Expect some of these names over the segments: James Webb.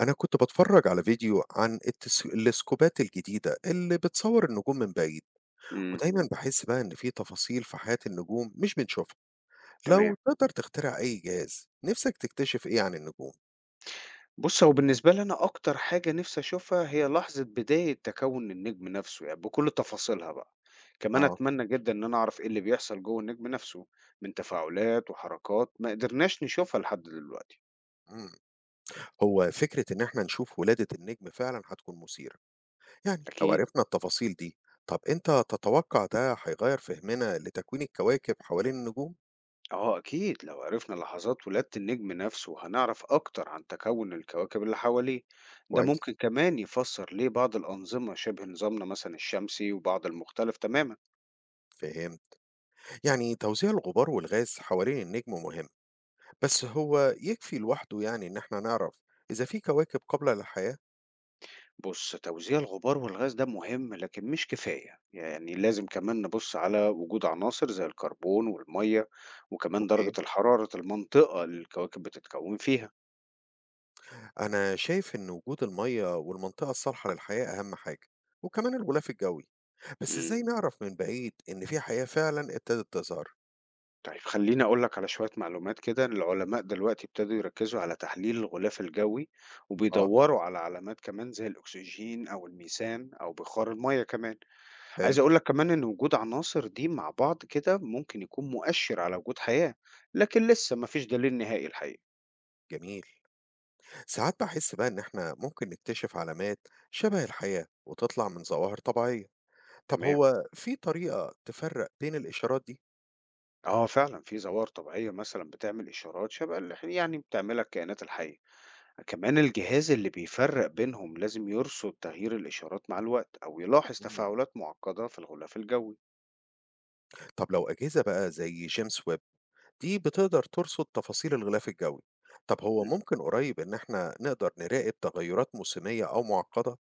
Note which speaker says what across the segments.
Speaker 1: أنا كنت باتفرج على فيديو عن التلسكوبات الجديدة اللي بتصور النجوم من بعيد،
Speaker 2: إمم،
Speaker 1: ودايما بحس بقى إن في تفاصيل في حياة النجوم مش بنشوفها. لو
Speaker 2: تمام.
Speaker 1: تقدر تخترع أي جهاز نفسك تكتشف إيه عن النجوم؟
Speaker 2: بُص، هو بالنسبة لي أنا أكتر حاجة نِفْسي أشوفها هي لحظة بداية تكوُّن النجم نَفْسه، يعني بكل تفاصيلها بقى. كمان
Speaker 1: آه.
Speaker 2: أتمنى جدًا إن أنا أعرف إيه اللي بيحصل جوّه النجم نَفْسه من تفاعلات وحركات ما قدرناش نشوفها لحد دلوقتي.
Speaker 1: مم. هو فكرة إن إحنا نشوف ولادة النجم فعلا هتكون مثيرة، يعني لو
Speaker 2: أكيد،
Speaker 1: عرفنا التفاصيل دي. طب أنت تتوقع ده هيغير فهمنا لتكوين الكواكب حوالين النجوم؟
Speaker 2: آه أكيد، لو عرفنا لحظات ولادة النجم نَفْسه هنعرف أكتر عن تكوُّن الكواكب اللي حواليه. ده
Speaker 1: كويس،
Speaker 2: ممكن كمان يفسّر ليه بعض الأنظمة شِبه نظامنا مثلًا الشمسي وبعض المختلف تمامًا.
Speaker 1: فهمت. يعني توزيع الغبار والغاز حوالين النجم مهم، بس هو يكفي لوحده يعني إن إحنا نعرف إذا في كواكب قابلة للحياة.
Speaker 2: بُص، توزيع الغبار والغاز ده مهم لكن مش كفاية، يعني لازم كمان نبُص على وجود عناصر زي الكربون والمَيّة، وكمان درجة
Speaker 1: أوكي.
Speaker 2: الحرارة المنطقة اللي الكواكب بتتكوّن فيها.
Speaker 1: أنا شايف إن وجود المَيّة والمنطقة الصالحة للحياة أهم حاجة، وكمان الغلاف الجوي، بس
Speaker 2: إمم.
Speaker 1: إزاي نعرف من بعيد إن في حياة فعلًا ابتدت تظهر؟
Speaker 2: طيب خلّيني أقول لك على شوية معلومات كده، العلماء دلوقتي ابتدوا يركّزوا على تحليل الغلاف الجوي،
Speaker 1: آه،
Speaker 2: وبيدوّروا على علامات كمان زي الأكسجين أو الميثان أو بخار المَيّة كمان.
Speaker 1: حلو،
Speaker 2: عايز أقول لك كمان إن وجود عناصر دي مع بعض كده ممكن يكون مؤشِّر على وجود حياة، لكن لسه ما فيش دليل نهائي الحقيقة.
Speaker 1: جميل. ساعات باحس بقى إن إحنا ممكن نكتشف علامات شبه الحياة وتطلع من ظواهر طبيعية. طب
Speaker 2: تمام.
Speaker 1: هو في طريقة تفرّق بين الإشارات دي؟
Speaker 2: آه فعلًا في ظواهر طبيعية مثلًا بتعمل إشارات شبه اللي يعني بتعملها الكائنات الحية. كمان الجهاز اللي بيفرّق بينهم لازم يرصد تغيير الإشارات مع الوقت أو يلاحظ
Speaker 1: إمم.
Speaker 2: تفاعلات معقدة في الغلاف الجوي.
Speaker 1: طب لو أجهزة بقى زي James Webb دي بتقدر ترصد تفاصيل الغلاف الجوي، طب هو
Speaker 2: إمم.
Speaker 1: ممكن قريب ان احنا نقدر نراقب تغيرات موسمية او معقدة.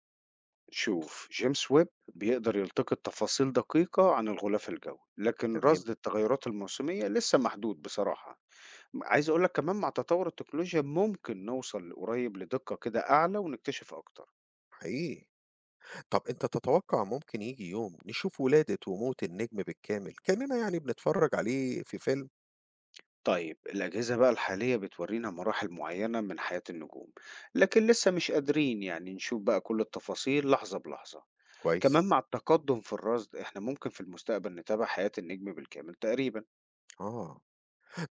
Speaker 2: شوف جيمس ويب بيقدر يلتقط تفاصيل دقيقة عن الغلاف الجوي، لكن
Speaker 1: تمام.
Speaker 2: رصد التغيرات الموسمية لسه محدود بصراحة. عايز أقول لك كمان مع تطور التكنولوجيا ممكن نوصل قريب لدقة كده أعلى ونكتشف أكتر.
Speaker 1: حقيقي. طب انت تتوقع ممكن يجي يوم نشوف ولادة وموت النجم بالكامل كأننا يعني بنتفرج عليه في فيلم؟
Speaker 2: طيب الأجهزة بقى الحالية بتورينا مراحل معينة من حياة النجوم، لكن لسه مش قادرين يعني نشوف بقى كل التفاصيل لحظة بلحظة.
Speaker 1: كويس.
Speaker 2: كمان مع التقدم في الرصد احنا ممكن في المستقبل نتابع حياة النجم بالكامل تقريبا.
Speaker 1: اه.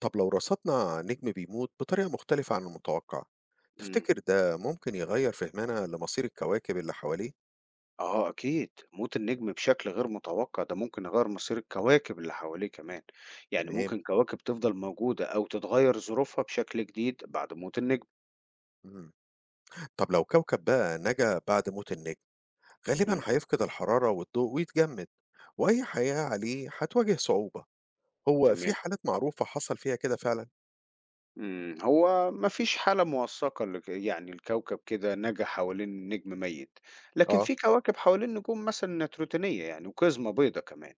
Speaker 1: طب لو رصدنا نجم بيموت بطريقة مختلفة عن المتوقع،
Speaker 2: مم.
Speaker 1: تفتكر ده ممكن يغير فهمنا لمصير الكواكب اللي حواليه؟
Speaker 2: اه اكيد موت النجم بشكل غير متوقع ده ممكن يغير مصير الكواكب اللي حواليه كمان، يعني
Speaker 1: تمام.
Speaker 2: ممكن كواكب تفضل موجودة او تتغير ظروفها بشكل جديد بعد موت النجم.
Speaker 1: مم. طب لو كوكب بقى نجا بعد موت النجم، غالبًا
Speaker 2: مم.
Speaker 1: هيفقد الحرارة والضوء ويتجمد، وأي حياة عليه هتواجه صعوبة. هو في
Speaker 2: تمام.
Speaker 1: حالات معروفة حصل فيها كده فعلًا؟
Speaker 2: هو ما فيش حالة موثّقة لك يعني الكوكب كده نَجَا حوالين نجم ميت، لكن
Speaker 1: آه،
Speaker 2: في كواكب حوالين نجوم مثلًا نيتروتينية يعني وقزمة بيضا كمان.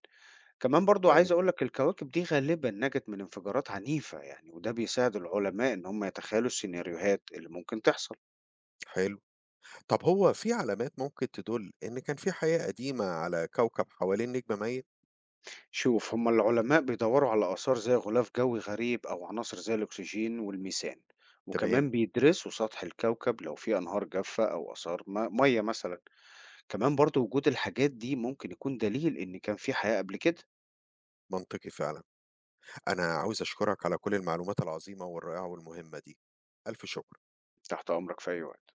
Speaker 2: كمان برضه عايز
Speaker 1: كويس،
Speaker 2: أقول لك الكواكب دي غالبًا نَجَت من انفجارات عنيفة يعني، وده بيساعد العلماء إن هم يتخيلوا السيناريوهات اللي ممكن تحصل.
Speaker 1: حلو. طب هو في علامات ممكن تدل إن كان في حياة قديمة على كوكب حوالين نجم ميت؟
Speaker 2: شوف، هم العلماء بيدوّروا على آثار زي غلاف جوي غريب أو عناصر زي الأكسجين والميثان،
Speaker 1: تمام،
Speaker 2: وكمان بيدرسوا سطح الكوكب لو في أنهار جافة أو آثار مَيّة مثلًا. كمان برضه وجود الحاجات دي ممكن يكون دليل إن كان في حياة قبل كده.
Speaker 1: منطقي فعلًا. أنا عاوز أشكرك على كل المعلومات العظيمة والرائعة والمهمة دي. ألف شكر.
Speaker 2: تحت أمرك في أي وقت.